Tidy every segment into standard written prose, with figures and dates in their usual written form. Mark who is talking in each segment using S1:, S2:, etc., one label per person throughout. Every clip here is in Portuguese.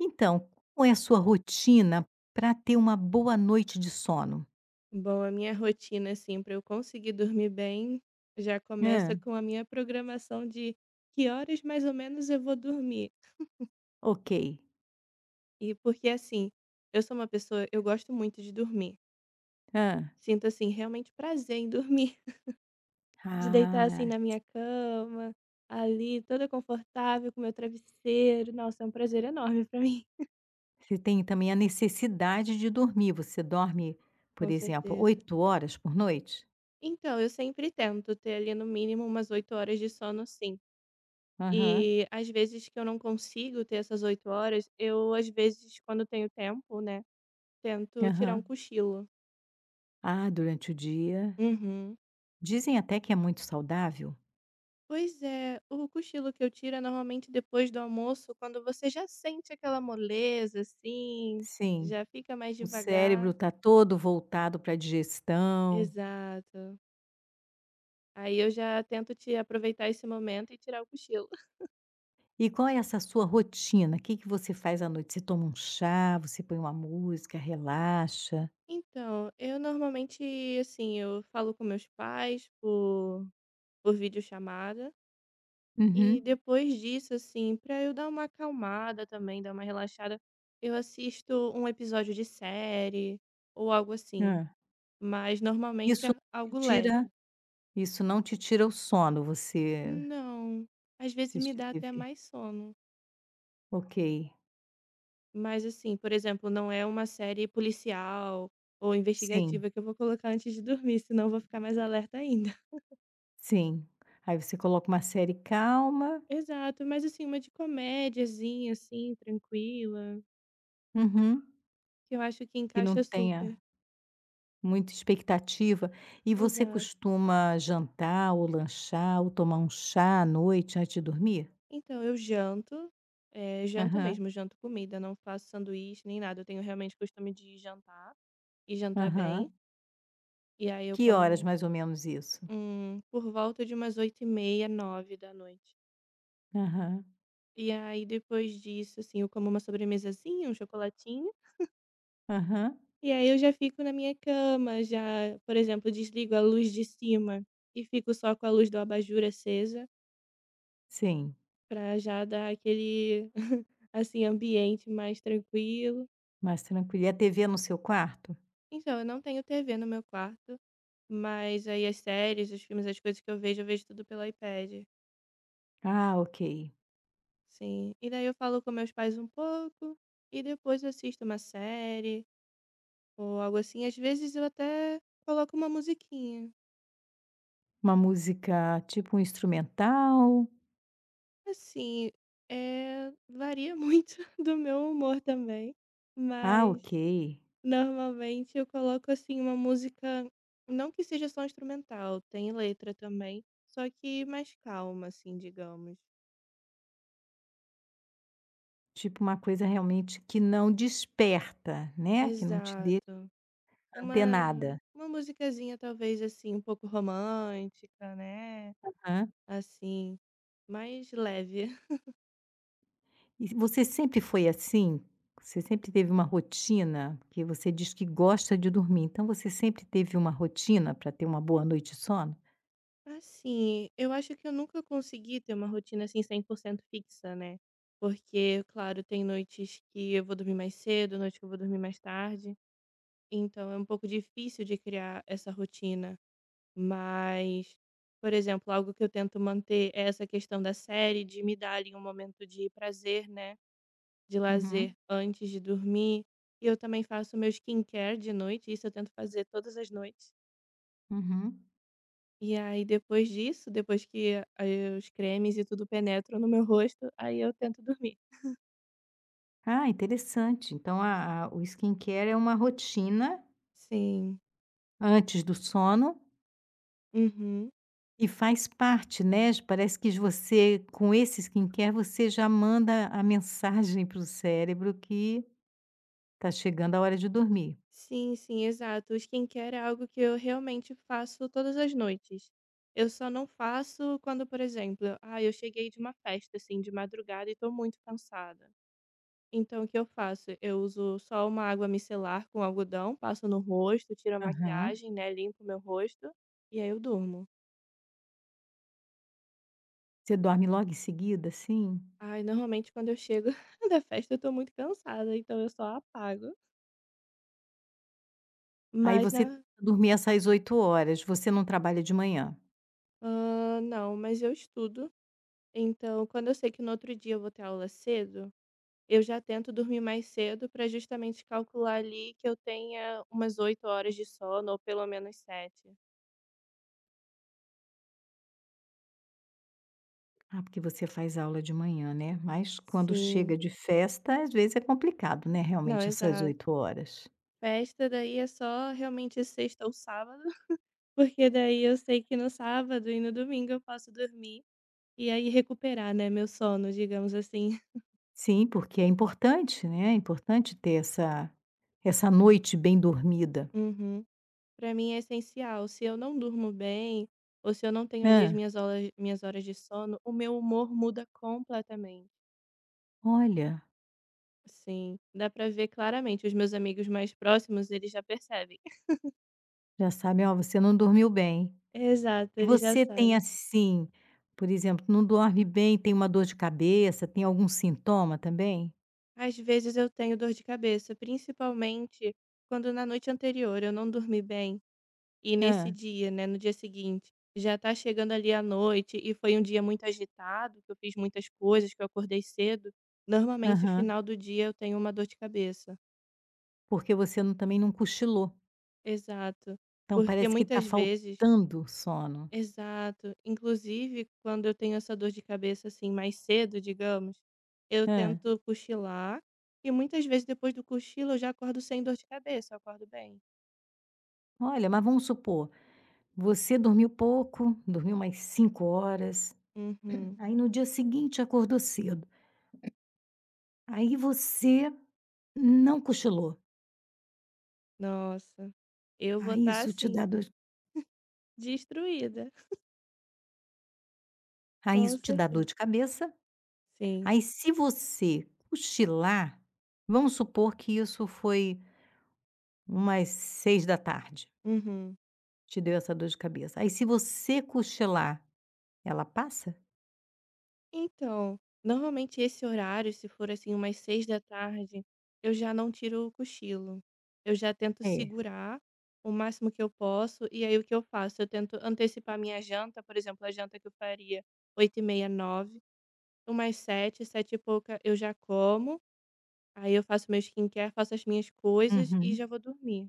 S1: Então, qual é a sua rotina para ter uma boa noite de sono?
S2: Bom, a minha rotina, assim, para eu conseguir dormir bem, já começa
S1: Hã.
S2: com a minha programação de que horas mais ou menos eu vou dormir.
S1: Ok.
S2: E porque, assim, eu sou uma pessoa, eu gosto muito de dormir.
S1: Hã.
S2: Sinto, assim, realmente prazer em dormir, de deitar, assim,
S1: Ah,
S2: na minha cama, ali, toda confortável, com meu travesseiro. Nossa, é um prazer enorme para mim,
S1: você tem também a necessidade de dormir. Você dorme, por
S2: com
S1: exemplo,
S2: certeza.
S1: 8 horas por noite?
S2: Então, eu sempre tento ter ali no mínimo umas 8 horas de sono, sim.
S1: Aham.
S2: E às vezes que eu não consigo ter essas 8 horas, eu às vezes quando tenho tempo, né, tento tirar um
S1: Aham.
S2: cochilo.
S1: Ah, durante o dia.
S2: Uhum.
S1: Dizem até que é muito saudável.
S2: Pois é, o cochilo que eu tiro é normalmente depois do almoço, quando você já sente aquela moleza, assim,
S1: Sim.
S2: já fica mais
S1: O cérebro
S2: devagar.
S1: está todo voltado para a digestão.
S2: Exato. Aí eu já tento te aproveitar esse momento e tirar o cochilo.
S1: E qual é essa sua rotina? O que que você faz à noite? Você toma um chá, você põe uma música, relaxa?
S2: Então, eu normalmente, assim, eu falo com meus pais por videochamada. E
S1: Uhum.
S2: depois disso, assim, pra eu dar uma acalmada também, dar uma relaxada, eu assisto um episódio de série ou algo
S1: Hã.
S2: assim, mas normalmente
S1: Isso
S2: é
S1: não te
S2: algo leve.
S1: tira isso não te tira o sono, você
S2: Não, às vezes me
S1: assistir
S2: dá até
S1: TV?
S2: mais sono,
S1: Ok.
S2: mas assim, por exemplo, não é uma série policial ou
S1: Sim,
S2: investigativa que eu vou colocar antes de dormir, senão eu vou ficar mais alerta ainda.
S1: sim. Aí você coloca uma série calma,
S2: Exato, mas assim, uma de comédiazinha, assim, tranquila,
S1: uhum,
S2: que eu acho que
S1: que não
S2: encaixa
S1: tenha
S2: super.
S1: muita expectativa. E você
S2: Exato.
S1: costuma jantar ou lanchar ou tomar um chá à noite antes de dormir?
S2: Então eu janto, janto
S1: Aham,
S2: mesmo, janto comida, não faço sanduíche nem nada, eu tenho realmente costume de jantar, e jantar bem,
S1: aham.
S2: e aí eu
S1: Que horas
S2: como,
S1: mais ou menos isso?
S2: por volta de umas oito e meia nove da noite,
S1: Aham,
S2: e aí depois disso, assim, eu como uma sobremesazinha, um chocolatinho,
S1: aham.
S2: e aí eu já fico na minha cama, já, por exemplo, desligo a luz de cima e fico só com a luz do abajur acesa,
S1: Sim,
S2: pra já dar aquele, assim, ambiente mais tranquilo.
S1: mais tranquilo. E a TV é no seu quarto?
S2: Então, eu não tenho TV no meu quarto, mas aí as séries, os filmes, as coisas que eu vejo tudo pelo iPad.
S1: Ah, ok.
S2: Sim. E daí eu falo com meus pais um pouco e depois eu assisto uma série ou algo assim. Às vezes eu até coloco uma musiquinha.
S1: Uma música tipo um instrumental?
S2: Assim, é, varia muito do meu humor também,
S1: Ah,
S2: mas
S1: ok.
S2: normalmente eu coloco assim uma música, não que seja só instrumental, tem letra também, só que mais calma assim, digamos.
S1: Tipo uma coisa realmente que não desperta, né, que não te deixa
S2: Exato. Uma
S1: antenada.
S2: uma musicazinha talvez, assim, um pouco romântica, né,
S1: Aham.
S2: assim, mais leve.
S1: E você sempre foi assim? Você sempre teve uma rotina? Porque você diz que gosta de dormir, então você sempre teve uma rotina para ter uma boa noite de sono?
S2: Assim, eu acho que eu nunca consegui ter uma rotina, assim, 100% fixa, né, porque, claro, tem noites que eu vou dormir mais cedo, noites que eu vou dormir mais tarde, então é um pouco difícil de criar essa rotina. Mas, por exemplo, algo que eu tento manter é essa questão da série, de me dar ali um momento de prazer, né, de lazer
S1: Uhum,
S2: antes de dormir. E eu também faço meu skincare de noite, isso eu tento fazer todas as noites.
S1: uhum.
S2: E aí depois disso, depois que aí os cremes e tudo penetram no meu rosto, aí eu tento dormir.
S1: Ah, interessante. Então a o skincare é uma rotina
S2: Sim.
S1: antes do sono.
S2: Uhum.
S1: E faz parte, né, parece que você com esse skincare você já manda a mensagem para o cérebro que tá chegando a hora de dormir.
S2: Sim, sim, exato. O skincare é algo que eu realmente faço todas as noites. Eu só não faço quando, por exemplo, ah, eu cheguei de uma festa assim de madrugada e tô muito cansada. Então o que eu faço? Eu uso só uma água micelar com algodão, passo no rosto, tiro a
S1: Aham.
S2: maquiagem, né, limpo meu rosto, e aí eu durmo.
S1: Você dorme logo em seguida, assim?
S2: Ai, normalmente quando eu chego da festa eu tô muito cansada, então eu só apago.
S1: Aí
S2: Mas
S1: você
S2: na
S1: tenta dormir essas 8 horas, você não trabalha de manhã?
S2: não, mas eu estudo, então quando eu sei que no outro dia eu vou ter aula cedo, eu já tento dormir mais cedo pra justamente calcular ali que eu tenha umas 8 horas de sono ou pelo menos sete.
S1: Ah, porque você faz aula de manhã, né, mas quando
S2: Sim.
S1: chega de festa, às vezes é complicado, né,
S2: Não,
S1: realmente essas
S2: exato.
S1: 8 horas.
S2: Festa daí é só realmente sexta ou sábado, porque daí eu sei que no sábado e no domingo eu posso dormir e aí recuperar, né, meu sono, digamos assim.
S1: Sim, porque é importante, né, é importante ter essa noite bem dormida.
S2: Uhum. Pra mim é essencial. Se eu não durmo bem ou se eu não tenho ali as
S1: Hã.
S2: minhas horas de sono, o meu humor muda completamente.
S1: Olha.
S2: Sim, dá pra ver claramente. Os meus amigos mais próximos, eles já percebem.
S1: Já sabe: "Ó, você não dormiu bem".
S2: Exato,
S1: E
S2: eles já
S1: você tem,
S2: sabem.
S1: assim, por exemplo, não dorme bem, tem uma dor de cabeça, tem algum sintoma também?
S2: Às vezes eu tenho dor de cabeça, principalmente quando na noite anterior eu não dormi bem. E nesse
S1: Ah.
S2: dia, né, no dia seguinte, já tá chegando ali a noite e foi um dia muito agitado, que eu fiz muitas coisas, que eu acordei cedo, normalmente no
S1: Aham.
S2: final do dia eu tenho uma dor de cabeça.
S1: Porque você não também não cochilou.
S2: Exato.
S1: Então
S2: Porque
S1: parece que está
S2: muitas vezes
S1: faltando sono.
S2: Exato. Inclusive, quando eu tenho essa dor de cabeça, assim, mais cedo, digamos, eu
S1: Hã.
S2: tento cochilar e muitas vezes depois do cochilo eu já acordo sem dor de cabeça, eu acordo bem.
S1: Olha, mas vamos supor, você dormiu pouco, dormiu mais 5 horas,
S2: Uhum.
S1: aí no dia seguinte acordou cedo. Aí você não cochilou.
S2: Nossa, eu vou
S1: Aí
S2: estar,
S1: isso te
S2: assim,
S1: dá dor
S2: destruída,
S1: aí
S2: com
S1: isso te dá dor
S2: certeza.
S1: de cabeça.
S2: Sim.
S1: Aí se você cochilar, vamos supor que isso foi umas 6 da tarde,
S2: Uhum.
S1: te deu essa dor de cabeça. Aí se você cochilar, ela passa?
S2: Então, normalmente esse horário, se for assim umas seis da tarde, eu já não tiro o cochilo. Eu já tento
S1: É.
S2: segurar o máximo que eu posso, e aí o que eu faço? Eu tento antecipar minha janta, por exemplo, a janta que eu faria oito e meia nove, umas sete, sete e pouca eu já como, aí eu faço meu skincare, faço as minhas coisas e
S1: Uhum.
S2: já vou dormir.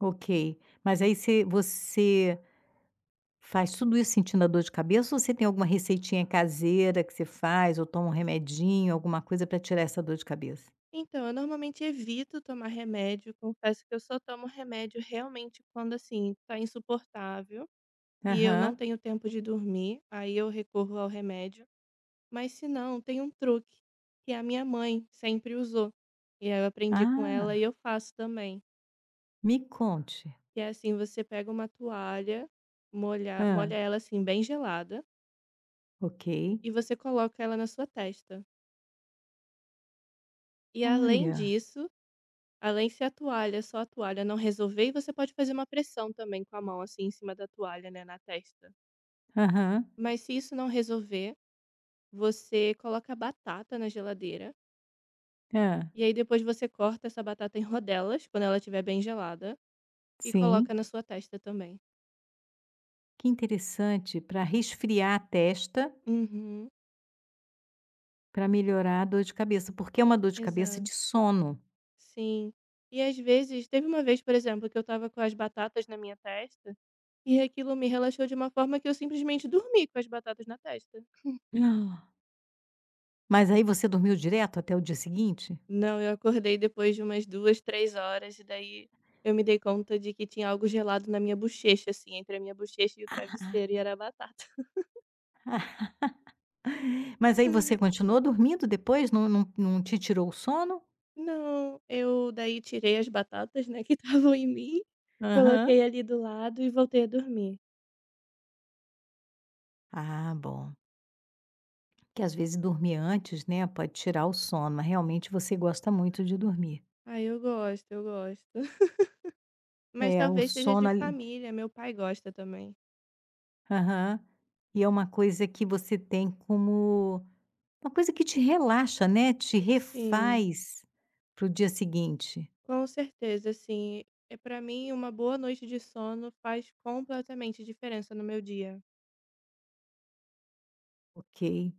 S1: Ok. Mas aí você faz tudo isso sentindo a dor de cabeça ou você tem alguma receitinha caseira que você faz ou toma um remedinho, alguma coisa para tirar essa dor de cabeça?
S2: Então, eu normalmente evito tomar remédio, confesso que eu só tomo remédio realmente quando assim, tá insuportável, e eu não
S1: Aham.
S2: tenho tempo de dormir, aí eu recorro ao remédio. Mas se não, tem um truque que a minha mãe sempre usou. E aí eu aprendi com ela e
S1: Ah,
S2: eu faço também.
S1: me conte.
S2: Que é assim, você pega uma toalha, molha, molha
S1: Ah.
S2: ela assim bem gelada,
S1: Ok.
S2: e você coloca ela na sua testa. E além
S1: Olha.
S2: disso, além se a toalha, só a toalha não resolver, e você pode fazer uma pressão também com a mão assim em cima da toalha, né, na testa.
S1: Aham.
S2: Mas se isso não resolver, você coloca batata na geladeira.
S1: Ah.
S2: E aí depois você corta essa batata em rodelas, quando ela estiver bem gelada, e coloca
S1: Sim.
S2: na sua testa também.
S1: Que interessante, para resfriar a testa,
S2: Uhum,
S1: para melhorar a dor de cabeça, porque é uma dor de cabeça
S2: exato.
S1: de sono.
S2: Sim. E às vezes, teve uma vez, por exemplo, que eu estava com as batatas na minha testa, e aquilo me relaxou de uma forma que eu simplesmente dormi com as batatas na testa.
S1: Ah. Mas aí você dormiu direto até o dia seguinte?
S2: Não, eu acordei depois de umas 2, 3 horas, e daí eu me dei conta de que tinha algo gelado na minha bochecha, assim, entre a minha bochecha e o travesseiro, e era a batata.
S1: Mas aí você continuou dormindo depois? Não, não, não te tirou o sono?
S2: Não, eu daí tirei as batatas, né, que estavam em mim,
S1: Aham.
S2: coloquei ali do lado e voltei a dormir.
S1: Ah, bom. Que às vezes dormir antes, né, pode tirar o sono, mas realmente você gosta muito de dormir.
S2: Ah, eu gosto, eu gosto. Mas
S1: É, o
S2: talvez seja de
S1: sono ali,
S2: família, meu pai gosta também.
S1: aham. E é uma coisa que você tem como. Uma coisa que te relaxa, né, te
S2: Sim,
S1: refaz para o dia seguinte,
S2: com certeza, assim, é para mim uma boa noite de sono faz completamente diferença no meu dia.
S1: ok.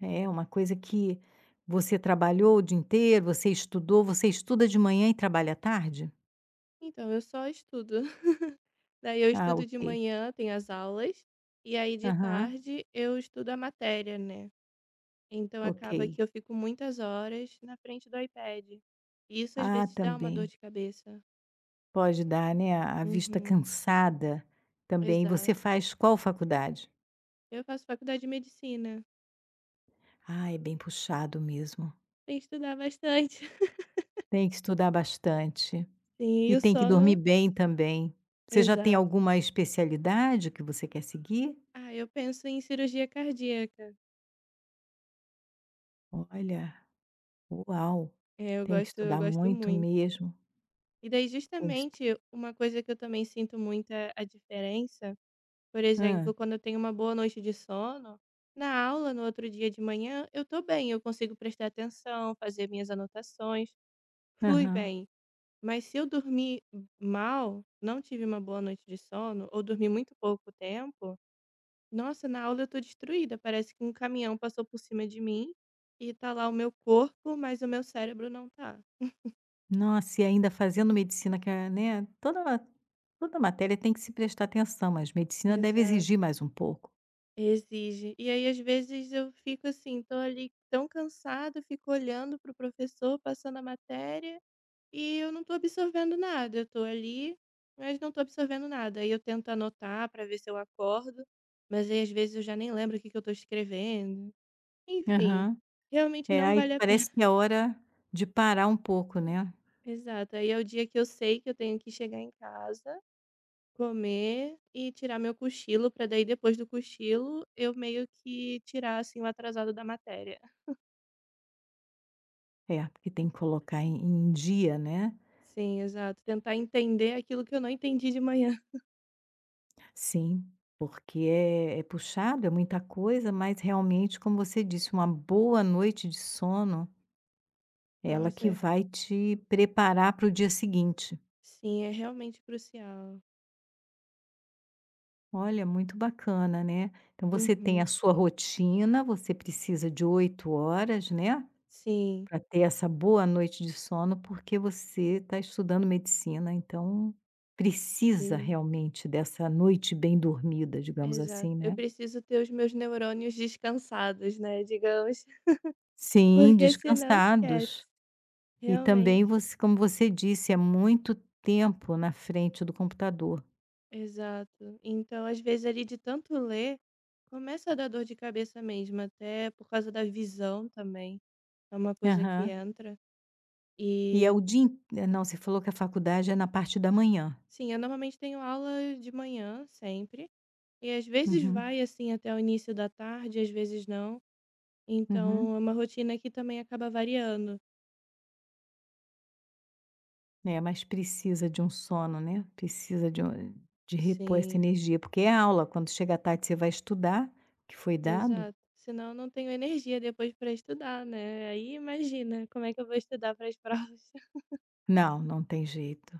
S1: É uma coisa que você trabalhou o dia inteiro, você estudou, você estuda de manhã e trabalha à tarde?
S2: Então eu só estudo. Daí eu
S1: Ah,
S2: estudo de
S1: ok.
S2: manhã, tenho as aulas, e aí de
S1: Aham,
S2: tarde eu estudo a matéria, né. Então
S1: ok.
S2: acaba que eu fico muitas horas na frente do iPad. E isso às
S1: Ah,
S2: vezes dá uma dor
S1: também.
S2: de cabeça.
S1: Pode dar, né, a vista
S2: Uhum,
S1: cansada também.
S2: exato.
S1: Você faz qual faculdade?
S2: Eu faço faculdade de medicina,
S1: Ah, é bem puxado mesmo.
S2: tem que estudar bastante.
S1: Tem que estudar bastante.
S2: Sim, e
S1: E
S2: o
S1: tem que dormir
S2: sono,
S1: bem também. Você já tem
S2: exato.
S1: alguma especialidade que você quer seguir?
S2: Ah, eu penso em cirurgia cardíaca.
S1: Olha, uau!
S2: É,
S1: Tem que
S2: eu
S1: estudar
S2: gosto
S1: muito
S2: muito.
S1: mesmo,
S2: E daí
S1: tem que estu
S2: justamente uma coisa que eu também sinto muito é a diferença, por
S1: hã,
S2: exemplo, quando eu tenho uma boa noite de sono, na aula no outro dia de manhã, eu tô bem, eu consigo prestar atenção, fazer minhas anotações. Flui
S1: aham.
S2: bem, mas se eu dormir mal, não tive uma boa noite de sono ou dormi muito pouco tempo, nossa, na aula eu tô destruída, parece que um caminhão passou por cima de mim e tá lá o meu corpo, mas o meu cérebro não tá.
S1: Nossa, e ainda fazendo medicina que é, né, toda matéria tem que se prestar atenção, mas medicina deve
S2: Exato.
S1: exigir mais um pouco.
S2: Exige. E aí às vezes eu fico assim, tô ali tão cansada, fico olhando pro professor passando a matéria. E eu não tô absorvendo nada, eu tô ali, mas não tô absorvendo nada. Aí eu tento anotar pra ver se eu acordo, mas aí às vezes eu já nem lembro o que que eu tô escrevendo. Enfim,
S1: Aham.
S2: realmente
S1: É,
S2: não
S1: aí
S2: vale a
S1: parece
S2: pena.
S1: que é hora de parar um pouco, né.
S2: Exato, aí é o dia que eu sei que eu tenho que chegar em casa, comer e tirar meu cochilo, pra daí depois do cochilo eu meio que tirar assim o atrasado da matéria.
S1: É, porque tem que colocar em dia, né.
S2: Sim, exato, tentar entender aquilo que eu não entendi de manhã.
S1: Sim, porque é puxado, é muita coisa, mas realmente, como você disse, uma boa noite de sono, ela
S2: Nossa,
S1: que vai te preparar para o dia seguinte.
S2: sim, é realmente crucial.
S1: Olha, muito bacana, né? Então você tem a
S2: Uhum.
S1: sua rotina, você precisa de 8 horas, né?
S2: Sim.
S1: Para ter essa boa noite de sono, porque você está estudando medicina, então precisa
S2: Sim,
S1: realmente dessa noite bem dormida, digamos
S2: exato.
S1: assim,
S2: Eu
S1: né?
S2: preciso ter os meus neurônios descansados, né, digamos,
S1: Sim,
S2: porque senão
S1: descansados.
S2: esquece,
S1: E também
S2: realmente.
S1: você como você disse, é muito tempo na frente do computador.
S2: Exato. Então, às vezes, ali de tanto ler, começa a dar dor de cabeça mesmo, até por causa da visão também. É uma coisa que
S1: Aham.
S2: entra.
S1: E é
S2: E,
S1: o dia in eh, não, você falou que a faculdade é na parte da manhã.
S2: sim, eu normalmente tenho aula de manhã, sempre. E às vezes
S1: Uhum,
S2: vai, assim, até o início da tarde, às vezes não.
S1: uhum.
S2: Então, é uma rotina que também acaba variando.
S1: É, mas precisa de um sono, né, precisa de um de repor essa
S2: Sim.
S1: energia, porque é aula, quando chega à tarde você vai estudar, que foi dado.
S2: Exato. Senão eu não tenho energia depois para estudar, né. Aí imagina como é que eu vou estudar para as provas.
S1: Não, não tem jeito.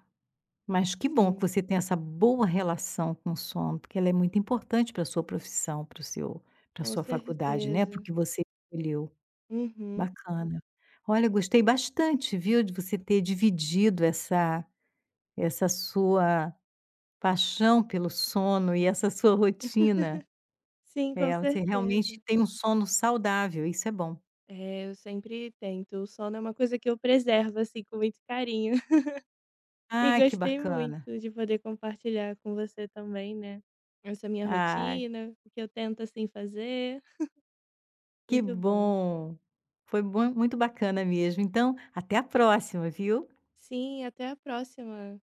S1: Mas que bom que
S2: Sim,
S1: você tem essa boa relação com o sono, porque ela é muito importante para a sua profissão, para o seu para a
S2: com
S1: sua faculdade, né, para o
S2: certeza.
S1: que você escolheu.
S2: Uhum.
S1: Bacana. Olha, gostei bastante, viu, de você ter dividido essa sua paixão pelo sono e essa sua rotina.
S2: Sim, com
S1: É, você realmente
S2: certeza.
S1: tem um sono saudável, isso é bom.
S2: É, eu sempre tento. O sono é uma coisa que eu preservo, assim, com muito carinho. E
S1: Ah, que
S2: gostei
S1: bacana.
S2: muito de poder compartilhar com você também, né, essa minha
S1: Ah,
S2: rotina, o que eu tento, assim, fazer.
S1: que
S2: Muito bom.
S1: bom. Foi bom, muito bacana mesmo. Então, até a próxima, viu.
S2: Sim, até a próxima.